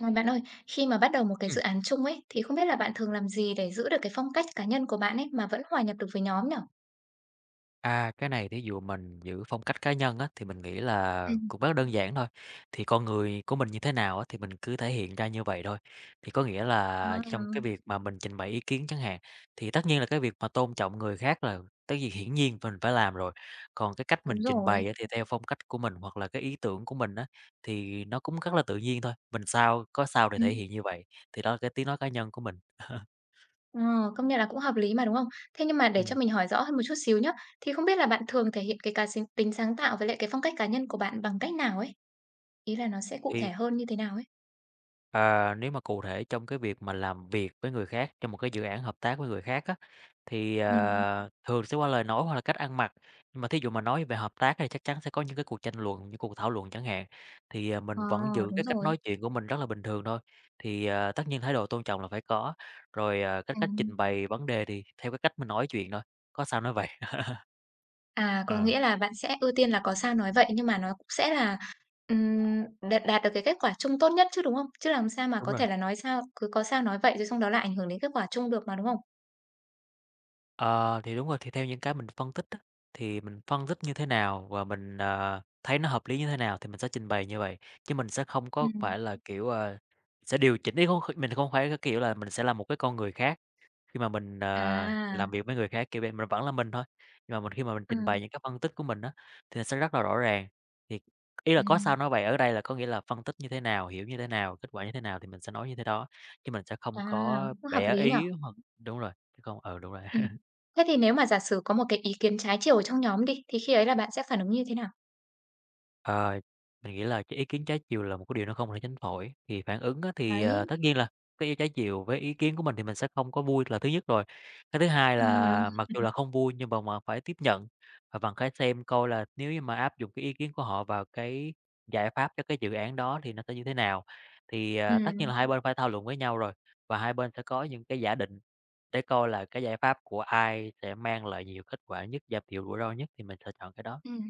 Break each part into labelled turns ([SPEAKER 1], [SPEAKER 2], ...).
[SPEAKER 1] À, bạn ơi, khi mà bắt đầu một cái dự
[SPEAKER 2] Ừm.
[SPEAKER 1] án chung ấy, thì không biết là bạn thường làm gì để giữ được cái phong cách cá nhân của bạn ấy mà vẫn hòa nhập được với nhóm nhỉ?
[SPEAKER 2] À, cái này thí dụ mình giữ phong cách cá nhân á, thì mình nghĩ là
[SPEAKER 1] Ừm.
[SPEAKER 2] cũng rất đơn giản thôi. Thì con người của mình như thế nào á, thì mình cứ thể hiện ra như vậy thôi. Thì có nghĩa là trong cái
[SPEAKER 1] Wow,
[SPEAKER 2] việc mà mình trình bày ý kiến chẳng hạn, thì tất nhiên là cái việc mà tôn trọng người khác là cái gì hiển nhiên mình phải làm rồi. Còn cái cách
[SPEAKER 1] đúng
[SPEAKER 2] mình trình
[SPEAKER 1] rồi.
[SPEAKER 2] bày á, thì theo phong cách của mình hoặc là cái ý tưởng của mình á, thì nó cũng rất là tự nhiên thôi. Mình sao có sao để thể
[SPEAKER 1] Ừm,
[SPEAKER 2] hiện như vậy, thì đó là cái tiếng nói cá nhân của mình.
[SPEAKER 1] ờ, Công nhận là cũng hợp lý mà, đúng không? Thế nhưng mà để cho
[SPEAKER 2] Ừm,
[SPEAKER 1] mình hỏi rõ hơn một chút xíu nhá, thì không biết là bạn thường thể hiện cái cá sính tính sáng tạo với lại cái phong cách cá nhân của bạn bằng cách nào ấy? Ý là nó sẽ cụ thể
[SPEAKER 2] thì
[SPEAKER 1] hơn như thế nào ấy?
[SPEAKER 2] Nếu mà cụ thể trong cái việc mà làm việc với người khác, trong một cái dự án hợp tác với người khác á, thì,
[SPEAKER 1] Ừ.
[SPEAKER 2] thường sẽ qua lời nói hoặc là cách ăn mặc. Nhưng mà thí dụ mà nói về hợp tác thì chắc chắn sẽ có những cái cuộc tranh luận, những cuộc thảo luận chẳng hạn, thì,
[SPEAKER 1] Ờ,
[SPEAKER 2] mình vẫn giữ
[SPEAKER 1] đúng
[SPEAKER 2] cái cách
[SPEAKER 1] rồi.
[SPEAKER 2] nói chuyện của mình rất là bình thường thôi. Thì, tất nhiên thái độ tôn trọng là phải có, rồi, cái cách
[SPEAKER 1] Ừm.
[SPEAKER 2] trình bày vấn đề thì theo cái cách mình nói chuyện thôi, có sao nói vậy.
[SPEAKER 1] À, có
[SPEAKER 2] Ờ,
[SPEAKER 1] nghĩa là bạn sẽ ưu tiên là có sao nói vậy, nhưng mà nó cũng sẽ là, ừm, đạt đạt được cái kết quả chung tốt nhất chứ, đúng không? Chứ làm sao mà
[SPEAKER 2] đúng
[SPEAKER 1] có
[SPEAKER 2] rồi.
[SPEAKER 1] thể là nói sao cứ có sao nói vậy rồi xong đó lại ảnh hưởng đến kết quả chung được mà, đúng không?
[SPEAKER 2] Ờ, thì đúng rồi, thì theo những cái mình phân tích á, thì mình phân tích như thế nào và mình, thấy nó hợp lý như thế nào thì mình sẽ trình bày như vậy, chứ mình sẽ không có
[SPEAKER 1] Ừm,
[SPEAKER 2] phải là, kiểu, sẽ điều chỉnh ý không mình không phải cái kiểu là mình sẽ là một cái con người khác khi mà mình,
[SPEAKER 1] à,
[SPEAKER 2] làm việc với người khác, kiểu vậy, mình vẫn là mình thôi. Nhưng mà mình khi mà mình trình
[SPEAKER 1] ừm,
[SPEAKER 2] bày những cái phân tích của mình á, thì nó sẽ rất là rõ ràng. Thì ý là có sao
[SPEAKER 1] ừm,
[SPEAKER 2] nói vậy, ở đây là có nghĩa là phân tích như thế nào, hiểu như thế nào, kết quả như thế nào thì mình sẽ nói như thế đó, chứ mình sẽ không
[SPEAKER 1] à,
[SPEAKER 2] có
[SPEAKER 1] cũng hợp
[SPEAKER 2] bẻ
[SPEAKER 1] lý nhở.
[SPEAKER 2] ý hoặc đúng rồi, chứ không ừ, đúng rồi.
[SPEAKER 1] Ừm. Thế thì nếu mà giả sử có một cái ý kiến trái chiều ở trong nhóm đi, thì khi ấy là bạn sẽ phản ứng như thế nào?
[SPEAKER 2] Ờ, mình nghĩ là cái ý kiến trái chiều là một cái điều nó không thể tránh khỏi, thì phản ứng á thì,
[SPEAKER 1] Đấy.
[SPEAKER 2] tất nhiên là cái ý trái chiều với ý kiến của mình thì mình sẽ không có vui là thứ nhất rồi. Cái thứ hai
[SPEAKER 1] Ừm.
[SPEAKER 2] là mặc dù là không vui nhưng mà phải tiếp nhận, và bằng cái xem coi là nếu như mà áp dụng cái ý kiến của họ vào cái giải pháp cho cái dự án đó thì nó sẽ như thế nào. Thì, tất nhiên
[SPEAKER 1] Ừm.
[SPEAKER 2] là hai bên phải thảo luận với nhau rồi, và hai bên sẽ có những cái giả định để coi là cái giải pháp của ai sẽ mang lại nhiều kết quả nhất, giảm thiểu rủi ro nhất thì mình sẽ chọn cái đó.
[SPEAKER 1] Ừm.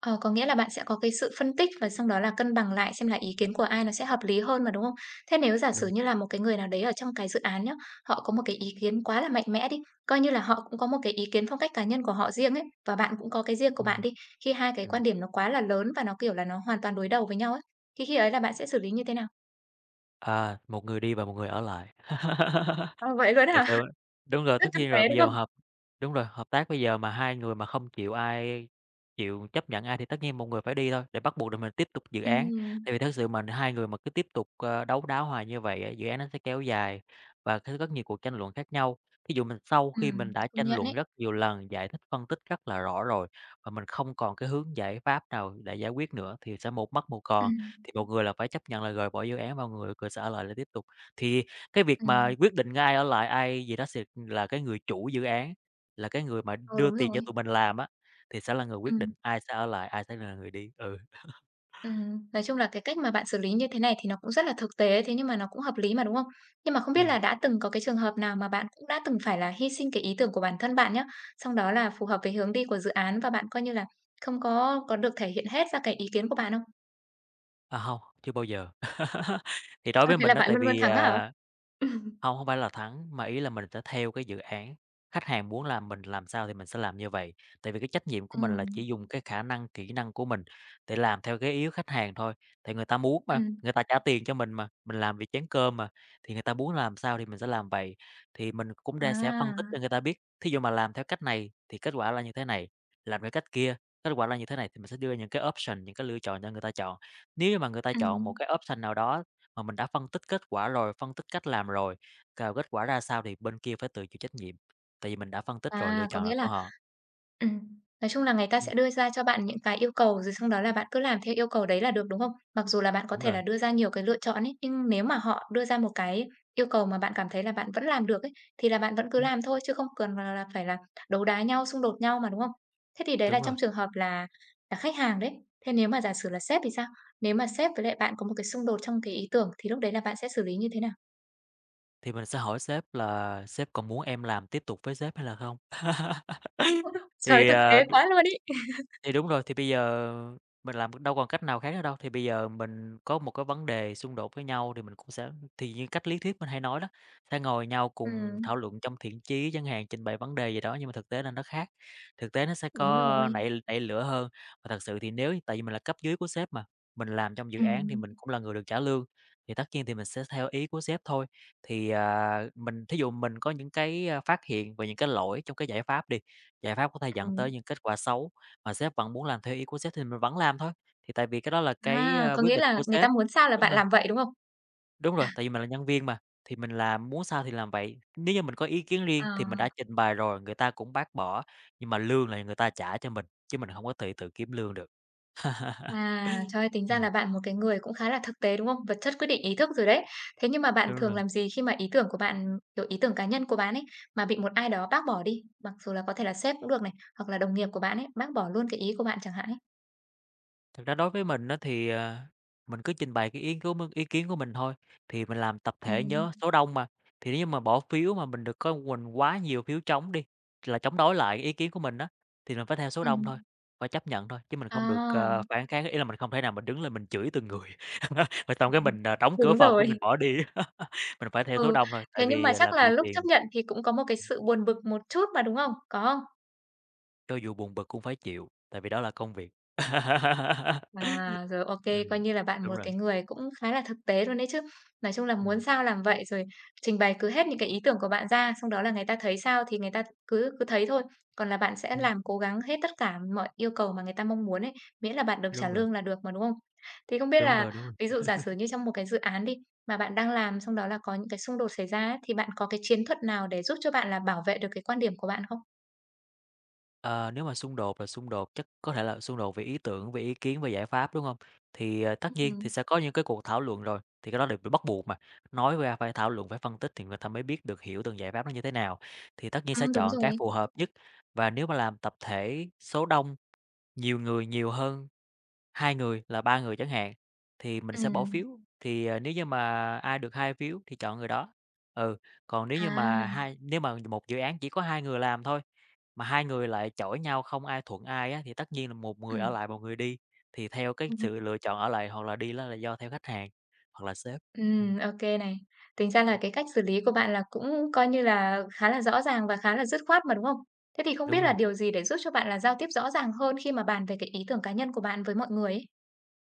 [SPEAKER 1] Ờ, có nghĩa là bạn sẽ có cái sự phân tích và xong đó là cân bằng lại xem là ý kiến của ai nó sẽ hợp lý hơn mà, đúng không? Thế nếu giả sử
[SPEAKER 2] Đúng.
[SPEAKER 1] như là một cái người nào đấy ở trong cái dự án nhá, họ có một cái ý kiến quá là mạnh mẽ đi, coi như là họ cũng có một cái ý kiến phong cách cá nhân của họ riêng ấy, và bạn cũng có cái riêng của bạn
[SPEAKER 2] Ừm,
[SPEAKER 1] đi, khi hai cái quan
[SPEAKER 2] ừm.
[SPEAKER 1] điểm nó quá là lớn và nó, kiểu là, nó hoàn toàn đối đầu với nhau ấy, thì khi ấy là bạn sẽ xử lý như thế nào?
[SPEAKER 2] À, một người đi và một người ở lại.
[SPEAKER 1] Ờ, vậy luôn á
[SPEAKER 2] Thiệt
[SPEAKER 1] hả?
[SPEAKER 2] sự đúng rồi,
[SPEAKER 1] Rất
[SPEAKER 2] tất
[SPEAKER 1] thực
[SPEAKER 2] nhiên
[SPEAKER 1] tế,
[SPEAKER 2] rồi, bây
[SPEAKER 1] đúng
[SPEAKER 2] giờ mà
[SPEAKER 1] không?
[SPEAKER 2] đúng rồi, hợp tác bây giờ mà hai người mà không chịu ai chịu chấp nhận ai thì tất nhiên một người phải đi thôi, để bắt buộc để mình tiếp tục dự
[SPEAKER 1] Ừ.
[SPEAKER 2] án. Tại vì thực sự mà hai người mà cứ tiếp tục, đấu đá hoài như vậy á, dự án nó sẽ kéo dài và sẽ rất nhiều cuộc tranh luận khác nhau. Ví dụ mình sau khi mình đã
[SPEAKER 1] Công
[SPEAKER 2] tranh
[SPEAKER 1] nhận
[SPEAKER 2] luận
[SPEAKER 1] ấy.
[SPEAKER 2] rất nhiều lần, giải thích, phân tích rất là rõ rồi, và mình không còn cái hướng giải pháp nào để giải quyết nữa thì sẽ một mất một
[SPEAKER 1] Ừ,
[SPEAKER 2] còn, thì một người là phải chấp nhận là rời bỏ dự án và người người sẽ ở lại để tiếp tục. Thì cái việc mà
[SPEAKER 1] ừm,
[SPEAKER 2] quyết định ai ở lại ai gì đó sẽ là cái người chủ dự án, là cái người mà
[SPEAKER 1] ờ,
[SPEAKER 2] đưa
[SPEAKER 1] đúng
[SPEAKER 2] tiền cho
[SPEAKER 1] rồi.
[SPEAKER 2] tụi mình làm á, thì sẽ là người
[SPEAKER 1] Ừ.
[SPEAKER 2] quyết định ai sẽ ở lại, ai sẽ là người đi. Ừ,
[SPEAKER 1] Nói chung là cái cách mà bạn xử lý như thế này thì nó cũng rất là thực tế, thế nhưng mà nó cũng hợp lý mà, đúng không? Nhưng mà không biết
[SPEAKER 2] ừm,
[SPEAKER 1] là đã từng có cái trường hợp nào mà bạn cũng đã từng phải là hy sinh cái ý tưởng của bản thân bạn nhá, xong đó là phù hợp với hướng đi của dự án và bạn coi như là không có được thể hiện hết ra cái ý kiến của bạn không?
[SPEAKER 2] à, hông, chưa bao giờ. Thì đối
[SPEAKER 1] Ơ,
[SPEAKER 2] với
[SPEAKER 1] thế là
[SPEAKER 2] mình đó
[SPEAKER 1] bạn
[SPEAKER 2] tại
[SPEAKER 1] luôn luôn
[SPEAKER 2] vì,
[SPEAKER 1] thắng á hả?
[SPEAKER 2] không, không phải là thắng, mà ý là mình sẽ theo cái dự án, khách hàng muốn làm mình làm sao thì mình sẽ làm như vậy. Tại vì cái trách nhiệm của mình là
[SPEAKER 1] Ừm.
[SPEAKER 2] chỉ dùng cái khả năng, kỹ năng của mình để làm theo cái ý của khách hàng thôi, thì người ta muốn mà,
[SPEAKER 1] Ừm.
[SPEAKER 2] người ta trả tiền cho mình mà, mình làm vì chén cơm mà, thì người ta muốn làm sao thì mình sẽ làm vậy. Thì mình cũng ra sẽ phân tích
[SPEAKER 1] À.
[SPEAKER 2] cho người ta biết, thí dụ mà làm theo cách này thì kết quả là như thế này, làm theo cách kia, kết quả là như thế này, thì mình sẽ đưa những cái option, những cái lựa chọn cho người ta chọn. Nếu như mà người ta chọn một
[SPEAKER 1] Ừm.
[SPEAKER 2] cái option nào đó mà mình đã phân tích kết quả rồi, phân tích cách làm rồi cao kết quả ra sao thì bên kia phải tự chịu trách nhiệm, tại vì mình đã phân tích rồi, lựa
[SPEAKER 1] À, có
[SPEAKER 2] chọn là
[SPEAKER 1] nghĩa là
[SPEAKER 2] của họ.
[SPEAKER 1] ừm, nói chung là người ta
[SPEAKER 2] Ừm,
[SPEAKER 1] sẽ đưa ra cho bạn những cái yêu cầu, rồi xong đó là bạn cứ làm theo yêu cầu đấy là được, đúng không? Mặc dù là bạn có
[SPEAKER 2] đúng
[SPEAKER 1] thể
[SPEAKER 2] rồi,
[SPEAKER 1] là đưa ra nhiều cái lựa chọn ấy, nhưng nếu mà họ đưa ra một cái yêu cầu mà bạn cảm thấy là bạn vẫn làm được ấy, thì là bạn vẫn cứ
[SPEAKER 2] ừm,
[SPEAKER 1] làm thôi chứ không cần là phải là đấu đá nhau, xung đột nhau mà, đúng không? Thế thì đấy là
[SPEAKER 2] đúng rồi,
[SPEAKER 1] trong trường hợp là khách hàng đấy. Thế nếu mà giả sử là sếp thì sao? Nếu mà sếp với lại bạn có một cái xung đột trong cái ý tưởng thì lúc đấy là bạn sẽ xử lý như thế nào?
[SPEAKER 2] thì mình sẽ hỏi sếp là "Sếp còn muốn em làm tiếp tục với sếp hay là không?"
[SPEAKER 1] Trời
[SPEAKER 2] Thì,
[SPEAKER 1] thực
[SPEAKER 2] ờ
[SPEAKER 1] tế quá luôn ấy.
[SPEAKER 2] Thì đúng rồi, thì bây giờ mình làm đâu còn cách nào khác nữa đâu, thì bây giờ mình có một cái vấn đề xung đột với nhau thì mình cũng sẽ thì như cách lý thuyết mình hay nói đó, sẽ ngồi nhau cùng
[SPEAKER 1] Ừm,
[SPEAKER 2] thảo luận trong thiện chí chẳng hạn, trình bày vấn đề gì đó nhưng mà thực tế là nó khác, thực tế nó sẽ
[SPEAKER 1] đúng
[SPEAKER 2] có
[SPEAKER 1] rồi.
[SPEAKER 2] nảy nảy lửa hơn. Và thật sự thì nếu tại vì mình là cấp dưới của sếp mà, mình làm trong dự án thì
[SPEAKER 1] Ừm.
[SPEAKER 2] mình cũng là người được trả lương, thì tất nhiên thì mình sẽ theo ý của sếp thôi. Thì, mình thí dụ mình có những cái, phát hiện về những cái lỗi trong cái giải pháp đi, giải pháp có thể dẫn tới
[SPEAKER 1] Ừm.
[SPEAKER 2] những kết quả xấu mà sếp vẫn muốn làm theo ý của sếp thì mình vẫn làm thôi, thì tại vì cái đó là cái,
[SPEAKER 1] À, có
[SPEAKER 2] quyết
[SPEAKER 1] nghĩa
[SPEAKER 2] định
[SPEAKER 1] là
[SPEAKER 2] của
[SPEAKER 1] người ta
[SPEAKER 2] sếp.
[SPEAKER 1] muốn sao là
[SPEAKER 2] Đúng
[SPEAKER 1] bạn
[SPEAKER 2] rồi,
[SPEAKER 1] làm vậy, đúng không?
[SPEAKER 2] đúng rồi, tại vì mình là nhân viên mà, thì mình làm muốn sao thì làm vậy. Nếu như mình có ý kiến
[SPEAKER 1] Ờ,
[SPEAKER 2] riêng thì mình đã trình bày rồi, người ta cũng bác bỏ, nhưng mà lương là người ta trả cho mình, chứ mình hông có tự tự kiếm lương được.
[SPEAKER 1] Trời ơi, tính ra
[SPEAKER 2] Ừm,
[SPEAKER 1] là bạn một cái người cũng khá là thực tế, đúng không? Vật chất quyết định ý thức rồi đấy. Thế nhưng mà bạn
[SPEAKER 2] đúng
[SPEAKER 1] thường
[SPEAKER 2] rồi.
[SPEAKER 1] làm gì khi mà ý tưởng của bạn, kiểu, ý tưởng cá nhân của bạn ấy, mà bị một ai đó bác bỏ đi? Mặc dù là có thể là sếp cũng được này, hoặc là đồng nghiệp của bạn ấy, bác bỏ luôn cái ý của bạn chẳng hạn ấy.
[SPEAKER 2] Thực ra đối với mình á thì, mình cứ trình bày cái ý cứu m ý kiến của mình thôi, thì mình làm tập thể
[SPEAKER 1] Ừm.
[SPEAKER 2] nhớ số đông mà, thì nếu như mà bỏ phiếu mà mình được có mình quá nhiều phiếu trống đi, là chống đối lại cái ý kiến của mình đó thì mình phải theo số đông
[SPEAKER 1] Ừm.
[SPEAKER 2] thôi, phải chấp nhận thôi, chứ mình không được,
[SPEAKER 1] À,
[SPEAKER 2] phản kháng, ý là mình không thể nào mình đứng lên mình chửi từng người, rồi xong cái mình, đóng cửa
[SPEAKER 1] đúng
[SPEAKER 2] phòng cái mình
[SPEAKER 1] rồi.
[SPEAKER 2] bỏ đi. Mình phải theo số
[SPEAKER 1] Ừ,
[SPEAKER 2] đông thôi, tại
[SPEAKER 1] thế nhưng mà
[SPEAKER 2] vì
[SPEAKER 1] chắc
[SPEAKER 2] làm gì
[SPEAKER 1] là
[SPEAKER 2] vì
[SPEAKER 1] lúc chấp
[SPEAKER 2] tiền,
[SPEAKER 1] nhận thì cũng có một cái sự buồn bực một chút mà, đúng không? Có không?
[SPEAKER 2] cho dù buồn bực cũng phải chịu, tại vì đó là công việc.
[SPEAKER 1] À, rồi, OK, coi
[SPEAKER 2] Ừm,
[SPEAKER 1] như là bạn một
[SPEAKER 2] đúng rồi,
[SPEAKER 1] cái người cũng khá là thực tế luôn đấy chứ. Nói chung là muốn
[SPEAKER 2] ừm,
[SPEAKER 1] sao làm vậy, rồi trình bày cứ hết những cái ý tưởng của bạn ra, xong đó là người ta thấy sao thì người ta cứ cứ thấy thôi. Còn là bạn sẽ
[SPEAKER 2] ừm,
[SPEAKER 1] làm cố gắng hết tất cả mọi yêu cầu mà người ta mong muốn ấy, miễn là bạn được trả
[SPEAKER 2] đúng rồi.
[SPEAKER 1] lương là được mà, đúng không? Thì không biết
[SPEAKER 2] Đúng
[SPEAKER 1] là
[SPEAKER 2] rồi, đúng rồi.
[SPEAKER 1] ví dụ giả sử như trong một cái dự án đi, mà bạn đang làm xong đó là có những cái xung đột xảy ra ấy, thì bạn có cái chiến thuật nào để giúp cho bạn là bảo vệ được cái quan điểm của bạn không?
[SPEAKER 2] Ờ, nếu mà xung đột là xung đột chắc có thể là xung đột về ý tưởng, về ý kiến, về giải pháp, đúng không? Thì, tất nhiên
[SPEAKER 1] Ừm.
[SPEAKER 2] thì sẽ có những cái cuộc thảo luận rồi, thì cái đó đều bị bắt buộc mà, nói ra phải thảo luận, phải phân tích thì người ta mới biết được, hiểu từng giải pháp nó như thế nào. Thì tất nhiên sẽ
[SPEAKER 1] Đúng
[SPEAKER 2] chọn cái
[SPEAKER 1] rồi.
[SPEAKER 2] phù hợp nhất, và nếu mà làm tập thể số đông, nhiều người, nhiều hơn 2 người là 3 người chẳng hạn, thì mình sẽ bỏ
[SPEAKER 1] Ừm.
[SPEAKER 2] phiếu, thì, nếu như mà ai được 2 phiếu thì chọn người đó. Ừ, còn
[SPEAKER 1] À.
[SPEAKER 2] nếu mà một dự án chỉ có 2 người làm thôi, mà 2 người lại chổi nhau không ai thuận ai á, thì tất nhiên là một người ở lại, một người đi, thì theo cái sự
[SPEAKER 1] Ừm.
[SPEAKER 2] lựa chọn ở lại hoặc là đi đó là do theo khách hàng hoặc là sếp. Ừm,
[SPEAKER 1] Ô kê này. Tính ra là cái cách xử lý của bạn là cũng coi như là khá là rõ ràng và khá là dứt khoát mà, đúng không? Thế thì không
[SPEAKER 2] đúng
[SPEAKER 1] biết là
[SPEAKER 2] rồi.
[SPEAKER 1] điều gì để giúp cho bạn là giao tiếp rõ ràng hơn khi mà bàn về cái ý tưởng cá nhân của bạn với mọi người ấy?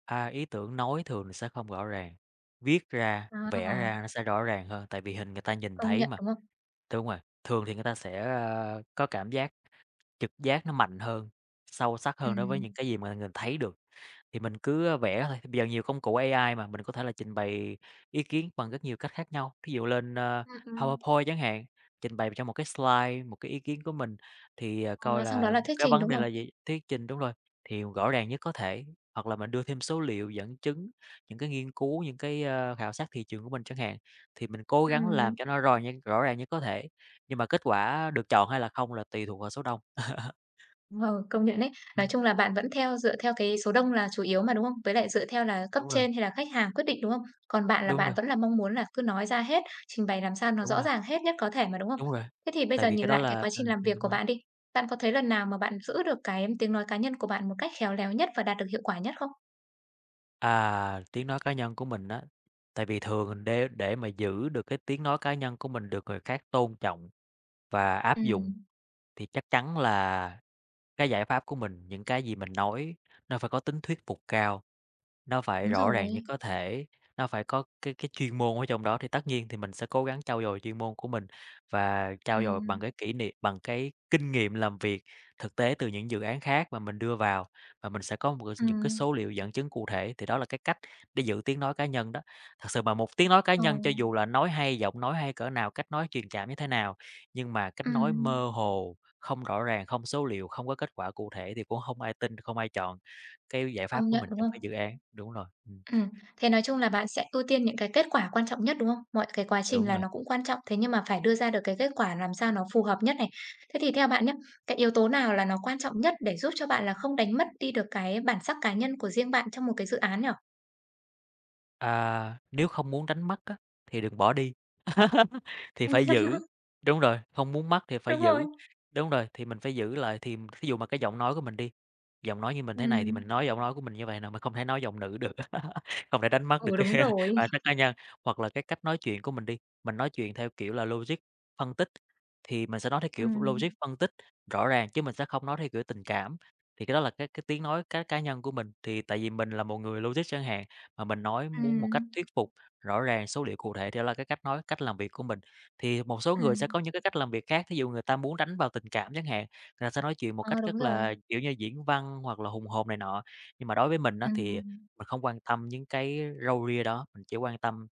[SPEAKER 2] À, ý tưởng nói thường sẽ không rõ ràng, viết ra, vẽ
[SPEAKER 1] À,
[SPEAKER 2] ra nó sẽ rõ ràng hơn, tại vì hình người ta nhìn
[SPEAKER 1] công
[SPEAKER 2] thấy
[SPEAKER 1] nhận,
[SPEAKER 2] mà,
[SPEAKER 1] đúng không?
[SPEAKER 2] đúng rồi. Thường thì người ta sẽ, có cảm giác trực giác nó mạnh hơn, sâu sắc hơn đối với những
[SPEAKER 1] Ừm.
[SPEAKER 2] cái gì mà mình thấy được, thì mình cứ vẽ thôi. Bây giờ nhiều công cụ AI mà, mình có thể là trình bày ý kiến bằng rất nhiều cách khác nhau. Thí dụ lên,
[SPEAKER 1] Ừm. Ừm.
[SPEAKER 2] PowerPoint chẳng hạn, trình bày trong một cái slide một cái ý kiến của mình, thì, coi
[SPEAKER 1] Ờ, xong đó
[SPEAKER 2] là
[SPEAKER 1] là thuyết
[SPEAKER 2] cái
[SPEAKER 1] trình,
[SPEAKER 2] vấn
[SPEAKER 1] đúng
[SPEAKER 2] đề
[SPEAKER 1] không?
[SPEAKER 2] là gì? Thuyết trình đúng rồi, thì rõ ràng nhất có thể, hoặc là mình đưa thêm số liệu, dẫn chứng, những cái nghiên cứu, những cái, khảo sát thị trường của mình chẳng hạn, thì mình cố gắng làm
[SPEAKER 1] Ừm.
[SPEAKER 2] cho nó rò nhe rõ ràng nhất có thể. Nhưng mà kết quả được chọn hay là không là tùy thuộc vào số đông.
[SPEAKER 1] Ờ, công nhận đấy. Nói
[SPEAKER 2] Ừm,
[SPEAKER 1] chung là bạn vẫn theo dựa theo cái số đông là chủ yếu mà, đúng không? Với lại dựa theo là cấp
[SPEAKER 2] đúng rồi,
[SPEAKER 1] trên hay là khách hàng quyết định, đúng không? Còn bạn là
[SPEAKER 2] đúng
[SPEAKER 1] bạn
[SPEAKER 2] rồi,
[SPEAKER 1] vẫn là mong muốn là cứ nói ra hết, trình bày làm sao nó
[SPEAKER 2] đúng
[SPEAKER 1] rõ
[SPEAKER 2] rồi,
[SPEAKER 1] ràng hết nhất có thể mà, đúng không?
[SPEAKER 2] đúng rồi.
[SPEAKER 1] Thế thì bây
[SPEAKER 2] Tại
[SPEAKER 1] giờ
[SPEAKER 2] vì
[SPEAKER 1] nhìn
[SPEAKER 2] cái đó
[SPEAKER 1] lại cái
[SPEAKER 2] là
[SPEAKER 1] quá trình làm việc
[SPEAKER 2] đúng
[SPEAKER 1] của
[SPEAKER 2] rồi.
[SPEAKER 1] bạn đi. Bạn có thấy lần nào mà bạn giữ được cái tiếng nói cá nhân của bạn một cách khéo léo nhất và đạt được hiệu quả nhất không?
[SPEAKER 2] À, tiếng nói cá nhân của mình á, tại vì thường để mà giữ được cái tiếng nói cá nhân của mình được người khác tôn trọng và áp dụng
[SPEAKER 1] Ừm,
[SPEAKER 2] thì chắc chắn là cái giải pháp của mình, những cái gì mình nói nó phải có tính thuyết phục cao. Nó phải
[SPEAKER 1] đúng
[SPEAKER 2] rõ
[SPEAKER 1] rồi.
[SPEAKER 2] ràng nhất có thể, nó phải có cái chuyên môn ở trong đó thì tất nhiên thì mình sẽ cố gắng trau dồi chuyên môn của mình và trau dồi bằng
[SPEAKER 1] Ừm,
[SPEAKER 2] cái kỷ niệm bằng cái kinh nghiệm làm việc thực tế từ những dự án khác mà mình đưa vào và mình sẽ có một cái những cái
[SPEAKER 1] ừm,
[SPEAKER 2] số liệu dẫn chứng cụ thể, thì đó là cái cách để giữ tiếng nói cá nhân đó. Thật sự mà một tiếng nói cá
[SPEAKER 1] ờ,
[SPEAKER 2] nhân cho dù là nói hay, giọng nói hay cỡ nào, cách nói truyền cảm như thế nào, nhưng mà cách nói
[SPEAKER 1] ừm,
[SPEAKER 2] mơ hồ, không rõ ràng, không số liệu, không có kết quả cụ thể thì cũng không ai tin, không ai chọn. Cái giải pháp
[SPEAKER 1] công
[SPEAKER 2] của
[SPEAKER 1] nhận,
[SPEAKER 2] mình
[SPEAKER 1] đúng
[SPEAKER 2] trong cái
[SPEAKER 1] không?
[SPEAKER 2] dự án. Đúng rồi,
[SPEAKER 1] Ừm, Thế nói chung là bạn sẽ ưu tiên những cái kết quả quan trọng nhất, đúng không? Mọi cái quá trình
[SPEAKER 2] đúng.
[SPEAKER 1] là nó cũng quan trọng, thế nhưng mà phải đưa ra được cái kết quả làm sao nó phù hợp nhất này. Thế thì theo bạn nhá, cái yếu tố nào là nó quan trọng nhất để giúp cho bạn là không đánh mất đi được cái bản sắc cá nhân của riêng bạn trong một cái dự án nhở?
[SPEAKER 2] À, nếu không muốn đánh mất á, thì đừng bỏ đi, thì phải giữ. Đúng rồi, không muốn mất thì phải
[SPEAKER 1] Đúng rồi.
[SPEAKER 2] giữ. Đúng rồi, thì mình phải giữ lại thì ví dụ mà cái giọng nói của mình đi, giọng nói như mình thế này thì mình
[SPEAKER 1] Ừm.
[SPEAKER 2] nói giọng nói của mình như vậy nè, mình không thể nói giọng nữ được, không thể đánh mất được
[SPEAKER 1] Ừ,
[SPEAKER 2] cái
[SPEAKER 1] đúng rồi.
[SPEAKER 2] bản sắc cá nhân. Hoặc là cái cách nói chuyện của mình đi, mình nói chuyện theo kiểu là logic, phân tích, thì mình sẽ nói theo kiểu logic,
[SPEAKER 1] Ừm.
[SPEAKER 2] phân tích, rõ ràng chứ mình sẽ không nói theo kiểu tình cảm. Thì cái đó là cái tiếng nói cá cá nhân của mình, thì tại vì mình là một người logic chẳng hạn, mà mình nói muốn một cách
[SPEAKER 1] Ừm.
[SPEAKER 2] thuyết phục, rõ ràng, số liệu cụ thể thì đó là cái cách nói, cách làm việc của mình. Thì một số người sẽ
[SPEAKER 1] Ừm.
[SPEAKER 2] có những cái cách làm việc khác, thí dụ người ta muốn đánh vào tình cảm chẳng hạn, người ta sẽ nói chuyện một
[SPEAKER 1] Ờ,
[SPEAKER 2] cách
[SPEAKER 1] đúng
[SPEAKER 2] rất
[SPEAKER 1] rồi.
[SPEAKER 2] là, kiểu như, diễn văn hoặc là hùng hồn này nọ. Nhưng mà đối với mình á, thì
[SPEAKER 1] Ừm.
[SPEAKER 2] mình không quan tâm những cái râu ria đó, mình chỉ quan tâm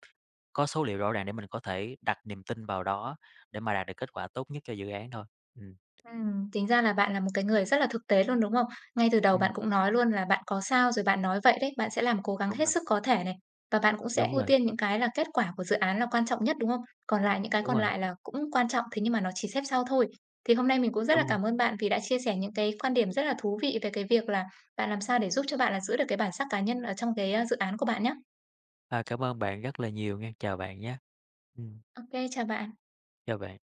[SPEAKER 2] có số liệu rõ ràng để mình có thể đặt niềm tin vào đó để mà đạt được kết quả tốt nhất cho dự án thôi. Ừm,
[SPEAKER 1] Tính ra là bạn là một cái người rất là thực tế luôn, đúng không? Ngay từ đầu
[SPEAKER 2] ừm,
[SPEAKER 1] bạn cũng nói luôn là bạn có sao rồi bạn nói vậy đấy, bạn sẽ làm cố gắng
[SPEAKER 2] đúng
[SPEAKER 1] hết
[SPEAKER 2] rồi,
[SPEAKER 1] sức có thể này. Và bạn cũng sẽ
[SPEAKER 2] đúng
[SPEAKER 1] ưu
[SPEAKER 2] rồi,
[SPEAKER 1] tiên những cái là kết quả của dự án là quan trọng nhất, đúng không? Còn lại những cái
[SPEAKER 2] đúng
[SPEAKER 1] còn
[SPEAKER 2] rồi,
[SPEAKER 1] lại là cũng quan trọng, thế nhưng mà nó chỉ xếp sau thôi. Thì hôm nay mình cũng rất là
[SPEAKER 2] đúng rồi.
[SPEAKER 1] cảm ơn bạn vì đã chia sẻ những cái quan điểm rất là thú vị về cái việc là bạn làm sao để giúp cho bạn là giữ được cái bản sắc cá nhân ở trong cái dự án của bạn nhé.
[SPEAKER 2] À, cảm ơn bạn rất là nhiều nghe, chào bạn nhé. Ừm,
[SPEAKER 1] OK, chào bạn.
[SPEAKER 2] chào bạn.